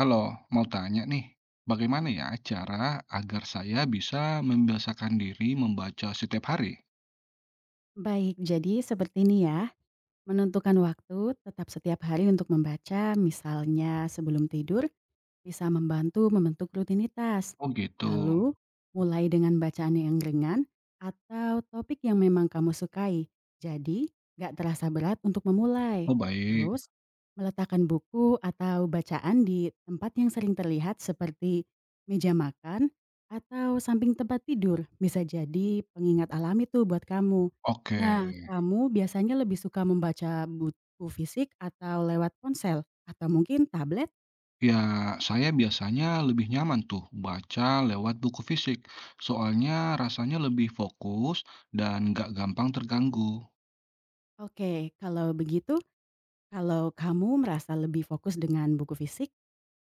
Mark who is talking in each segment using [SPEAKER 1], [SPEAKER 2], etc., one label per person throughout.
[SPEAKER 1] Halo, mau tanya nih, bagaimana ya cara agar saya bisa membiasakan diri membaca setiap hari?
[SPEAKER 2] Baik, jadi seperti ini ya. Menentukan waktu tetap setiap hari untuk membaca, misalnya sebelum tidur bisa membantu membentuk rutinitas.
[SPEAKER 1] Oh gitu.
[SPEAKER 2] Lalu, mulai dengan bacaan yang ringan atau topik yang memang kamu sukai. Jadi, gak terasa berat untuk
[SPEAKER 1] Oh
[SPEAKER 2] memulai.
[SPEAKER 1] baik.
[SPEAKER 2] Terus, meletakkan buku atau bacaan di tempat yang sering terlihat seperti meja makan atau samping tempat tidur bisa jadi pengingat alami tuh buat kamu.
[SPEAKER 1] Oke.
[SPEAKER 2] Nah, kamu biasanya lebih suka membaca buku fisik atau lewat ponsel atau mungkin tablet?
[SPEAKER 1] Ya, saya biasanya lebih nyaman tuh baca lewat buku fisik. Soalnya rasanya lebih fokus dan nggak gampang terganggu.
[SPEAKER 2] Oke, kalau begitu, kalau kamu merasa lebih fokus dengan buku fisik,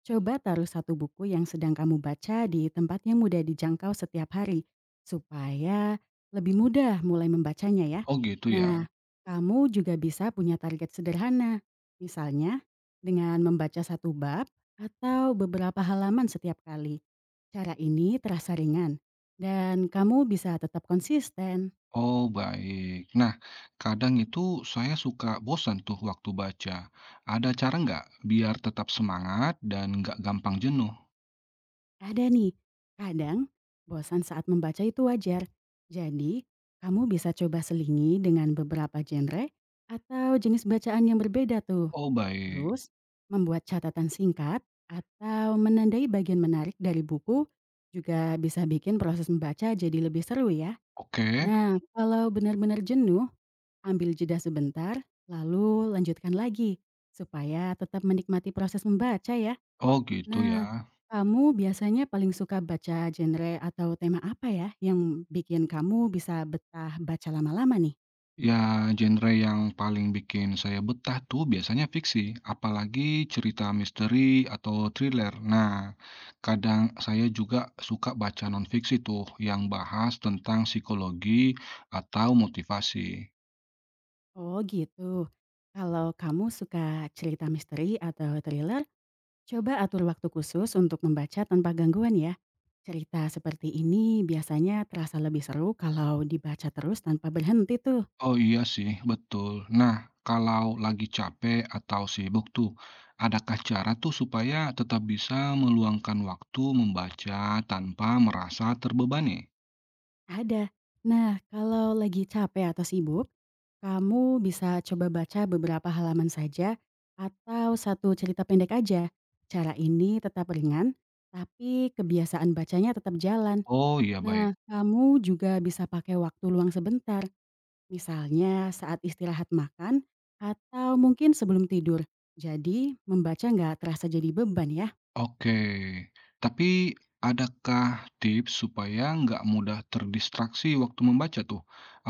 [SPEAKER 2] coba taruh satu buku yang sedang kamu baca di tempat yang mudah dijangkau setiap hari, supaya lebih mudah mulai membacanya ya.
[SPEAKER 1] Oh gitu ya.
[SPEAKER 2] Nah, kamu juga bisa punya target sederhana, misalnya dengan membaca satu bab atau beberapa halaman setiap kali. Cara ini terasa ringan, dan kamu bisa tetap konsisten.
[SPEAKER 1] Oh baik. Nah, kadang itu saya suka bosan tuh waktu baca. Ada cara nggak biar tetap semangat dan nggak gampang jenuh?
[SPEAKER 2] Ada nih, kadang bosan saat membaca itu wajar. Jadi, kamu bisa coba selingi dengan beberapa genre atau jenis bacaan yang berbeda tuh.
[SPEAKER 1] Oh baik,
[SPEAKER 2] Terus, membuat catatan singkat atau menandai bagian menarik dari buku juga bisa bikin proses membaca jadi lebih seru ya.
[SPEAKER 1] oke.
[SPEAKER 2] Nah, kalau benar-benar jenuh, ambil jeda sebentar, lalu lanjutkan lagi supaya tetap menikmati proses membaca ya.
[SPEAKER 1] Oh gitu
[SPEAKER 2] Nah,
[SPEAKER 1] ya.
[SPEAKER 2] kamu biasanya paling suka baca genre atau tema apa ya, yang bikin kamu bisa betah baca lama-lama nih?
[SPEAKER 1] Ya genre yang paling bikin saya betah tuh biasanya fiksi, apalagi cerita misteri atau thriller. Nah, kadang saya juga suka baca non-fiksi tuh yang bahas tentang psikologi atau motivasi.
[SPEAKER 2] Oh gitu. Kalau kamu suka cerita misteri atau thriller, coba atur waktu khusus untuk membaca tanpa gangguan ya. Cerita seperti ini biasanya terasa lebih seru kalau dibaca terus tanpa berhenti tuh.
[SPEAKER 1] Oh iya sih, betul. Nah, kalau lagi capek atau sibuk tuh, adakah cara tuh supaya tetap bisa meluangkan waktu membaca tanpa merasa terbebani?
[SPEAKER 2] Ada. Nah, kalau lagi capek atau sibuk, kamu bisa coba baca beberapa halaman saja atau satu cerita pendek aja. Cara ini tetap ringan, tapi kebiasaan bacanya tetap jalan.
[SPEAKER 1] Oh iya baik,
[SPEAKER 2] Nah, kamu juga bisa pakai waktu luang sebentar, misalnya saat istirahat makan atau mungkin sebelum tidur. Jadi, membaca nggak terasa jadi beban ya.
[SPEAKER 1] oke. Tapi adakah tips supaya nggak mudah terdistraksi waktu membaca tuh?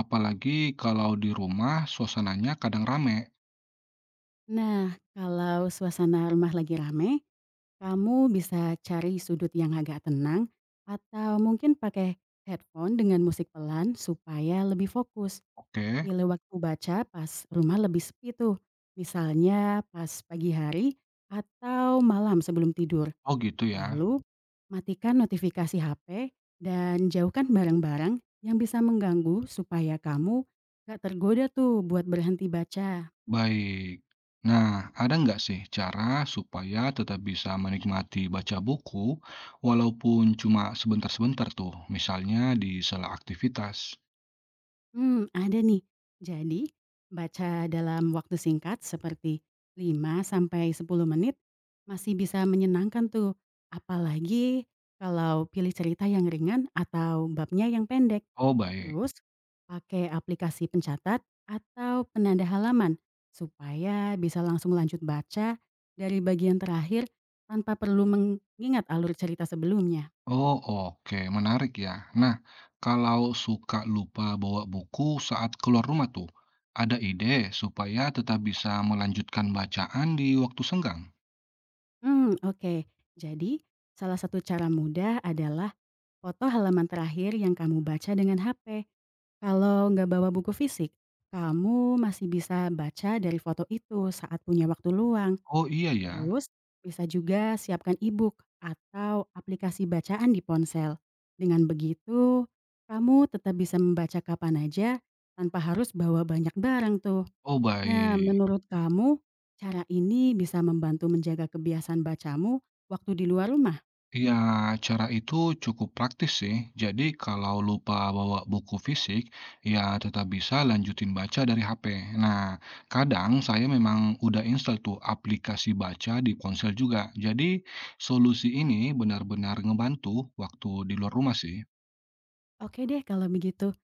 [SPEAKER 1] Apalagi kalau di rumah suasananya kadang rame.
[SPEAKER 2] Nah, kalau suasana rumah lagi rame, kamu bisa cari sudut yang agak tenang atau mungkin pakai headphone dengan musik pelan supaya lebih fokus.
[SPEAKER 1] Oke,
[SPEAKER 2] Pilih waktu baca pas rumah lebih sepi tuh. Misalnya pas pagi hari atau malam sebelum tidur.
[SPEAKER 1] oh gitu ya.
[SPEAKER 2] Lalu matikan notifikasi HP dan jauhkan barang-barang yang bisa mengganggu supaya kamu gak tergoda tuh buat berhenti baca.
[SPEAKER 1] Baik. Nah, ada nggak sih cara supaya tetap bisa menikmati baca buku walaupun cuma sebentar-sebentar tuh, misalnya di sela aktivitas?
[SPEAKER 2] Ada nih. Jadi, baca dalam waktu singkat seperti 5 sampai 10 menit masih bisa menyenangkan tuh, apalagi kalau pilih cerita yang ringan atau babnya yang pendek.
[SPEAKER 1] Oh baik.
[SPEAKER 2] Terus, pakai aplikasi pencatat atau penanda halaman supaya bisa langsung lanjut baca dari bagian terakhir tanpa perlu mengingat alur cerita sebelumnya.
[SPEAKER 1] Oh, oke, menarik ya. Nah, kalau suka lupa bawa buku saat keluar rumah tuh, ada ide supaya tetap bisa melanjutkan bacaan di waktu senggang?
[SPEAKER 2] Oke. Jadi, salah satu cara mudah adalah foto halaman terakhir yang kamu baca dengan HP. Kalau nggak bawa buku fisik, kamu masih bisa baca dari foto itu saat punya waktu luang.
[SPEAKER 1] Oh iya ya.
[SPEAKER 2] Terus, bisa juga siapkan e-book atau aplikasi bacaan di ponsel. Dengan begitu, kamu tetap bisa membaca kapan aja tanpa harus bawa banyak barang tuh.
[SPEAKER 1] Oh
[SPEAKER 2] Nah,
[SPEAKER 1] baik.
[SPEAKER 2] menurut kamu, cara ini bisa membantu menjaga kebiasaan bacamu waktu di luar rumah?
[SPEAKER 1] Iya, cara itu cukup praktis sih. Jadi kalau lupa bawa buku fisik, ya tetap bisa lanjutin baca dari HP. Nah, kadang saya memang udah install tuh aplikasi baca di ponsel juga. Jadi solusi ini benar-benar ngebantu waktu di luar rumah sih.
[SPEAKER 2] Oke deh kalau begitu.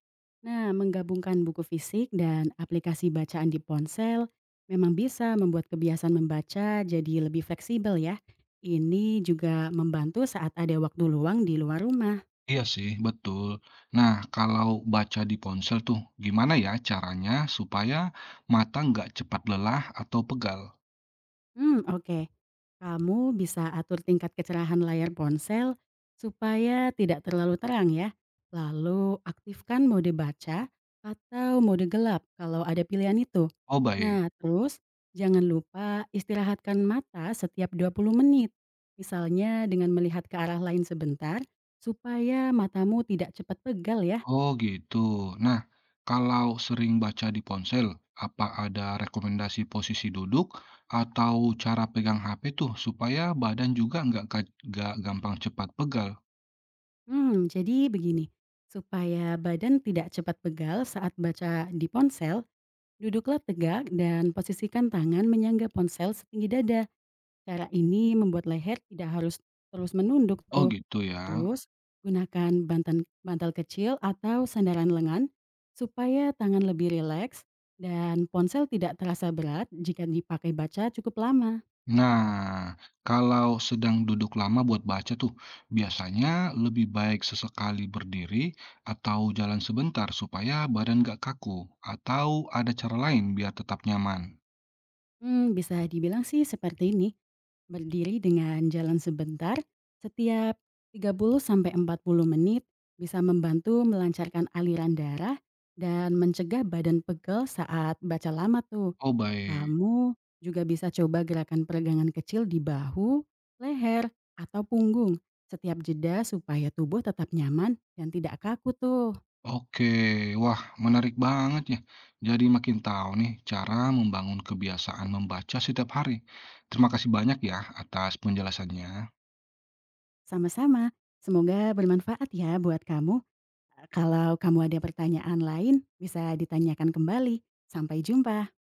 [SPEAKER 2] Nah, menggabungkan buku fisik dan aplikasi bacaan di ponsel memang bisa membuat kebiasaan membaca jadi lebih fleksibel ya. Ini juga membantu saat ada waktu luang di luar rumah.
[SPEAKER 1] Iya sih, betul. Nah, kalau baca di ponsel tuh gimana ya caranya supaya mata nggak cepat lelah atau pegal?
[SPEAKER 2] Oke. Kamu bisa atur tingkat kecerahan layar ponsel supaya tidak terlalu terang ya. Lalu aktifkan mode baca atau mode gelap kalau ada pilihan itu.
[SPEAKER 1] Oh, baik.
[SPEAKER 2] Nah, terus jangan lupa istirahatkan mata setiap 20 menit. Misalnya dengan melihat ke arah lain sebentar supaya matamu tidak cepat pegal ya.
[SPEAKER 1] Oh gitu. Nah, kalau sering baca di ponsel, apa ada rekomendasi posisi duduk atau cara pegang HP tuh supaya badan juga nggak nggak gampang cepat pegal?
[SPEAKER 2] Jadi begini. Supaya badan tidak cepat pegal saat baca di ponsel, duduklah tegak dan posisikan tangan menyangga ponsel setinggi dada. Cara ini membuat leher tidak harus terus menunduk
[SPEAKER 1] Oh
[SPEAKER 2] tuh.
[SPEAKER 1] gitu ya.
[SPEAKER 2] Terus, gunakan bantal kecil atau sandaran lengan supaya tangan lebih rileks dan ponsel tidak terasa berat jika dipakai baca cukup lama.
[SPEAKER 1] Nah, kalau sedang duduk lama buat baca tuh, biasanya lebih baik sesekali berdiri atau jalan sebentar supaya badan nggak kaku, atau ada cara lain biar tetap nyaman.
[SPEAKER 2] Bisa dibilang sih seperti ini. Berdiri dengan jalan sebentar setiap 30 sampai 40 menit bisa membantu melancarkan aliran darah dan mencegah badan pegel saat baca lama tuh.
[SPEAKER 1] Oh baik.
[SPEAKER 2] Kamu juga bisa coba gerakan peregangan kecil di bahu, leher, atau punggung setiap jeda supaya tubuh tetap nyaman dan tidak kaku tuh.
[SPEAKER 1] Oke, wah menarik banget ya. Jadi makin tahu nih cara membangun kebiasaan membaca setiap hari. Terima kasih banyak ya atas penjelasannya.
[SPEAKER 2] Sama-sama, semoga bermanfaat ya buat kamu. Kalau kamu ada pertanyaan lain, bisa ditanyakan kembali. Sampai jumpa.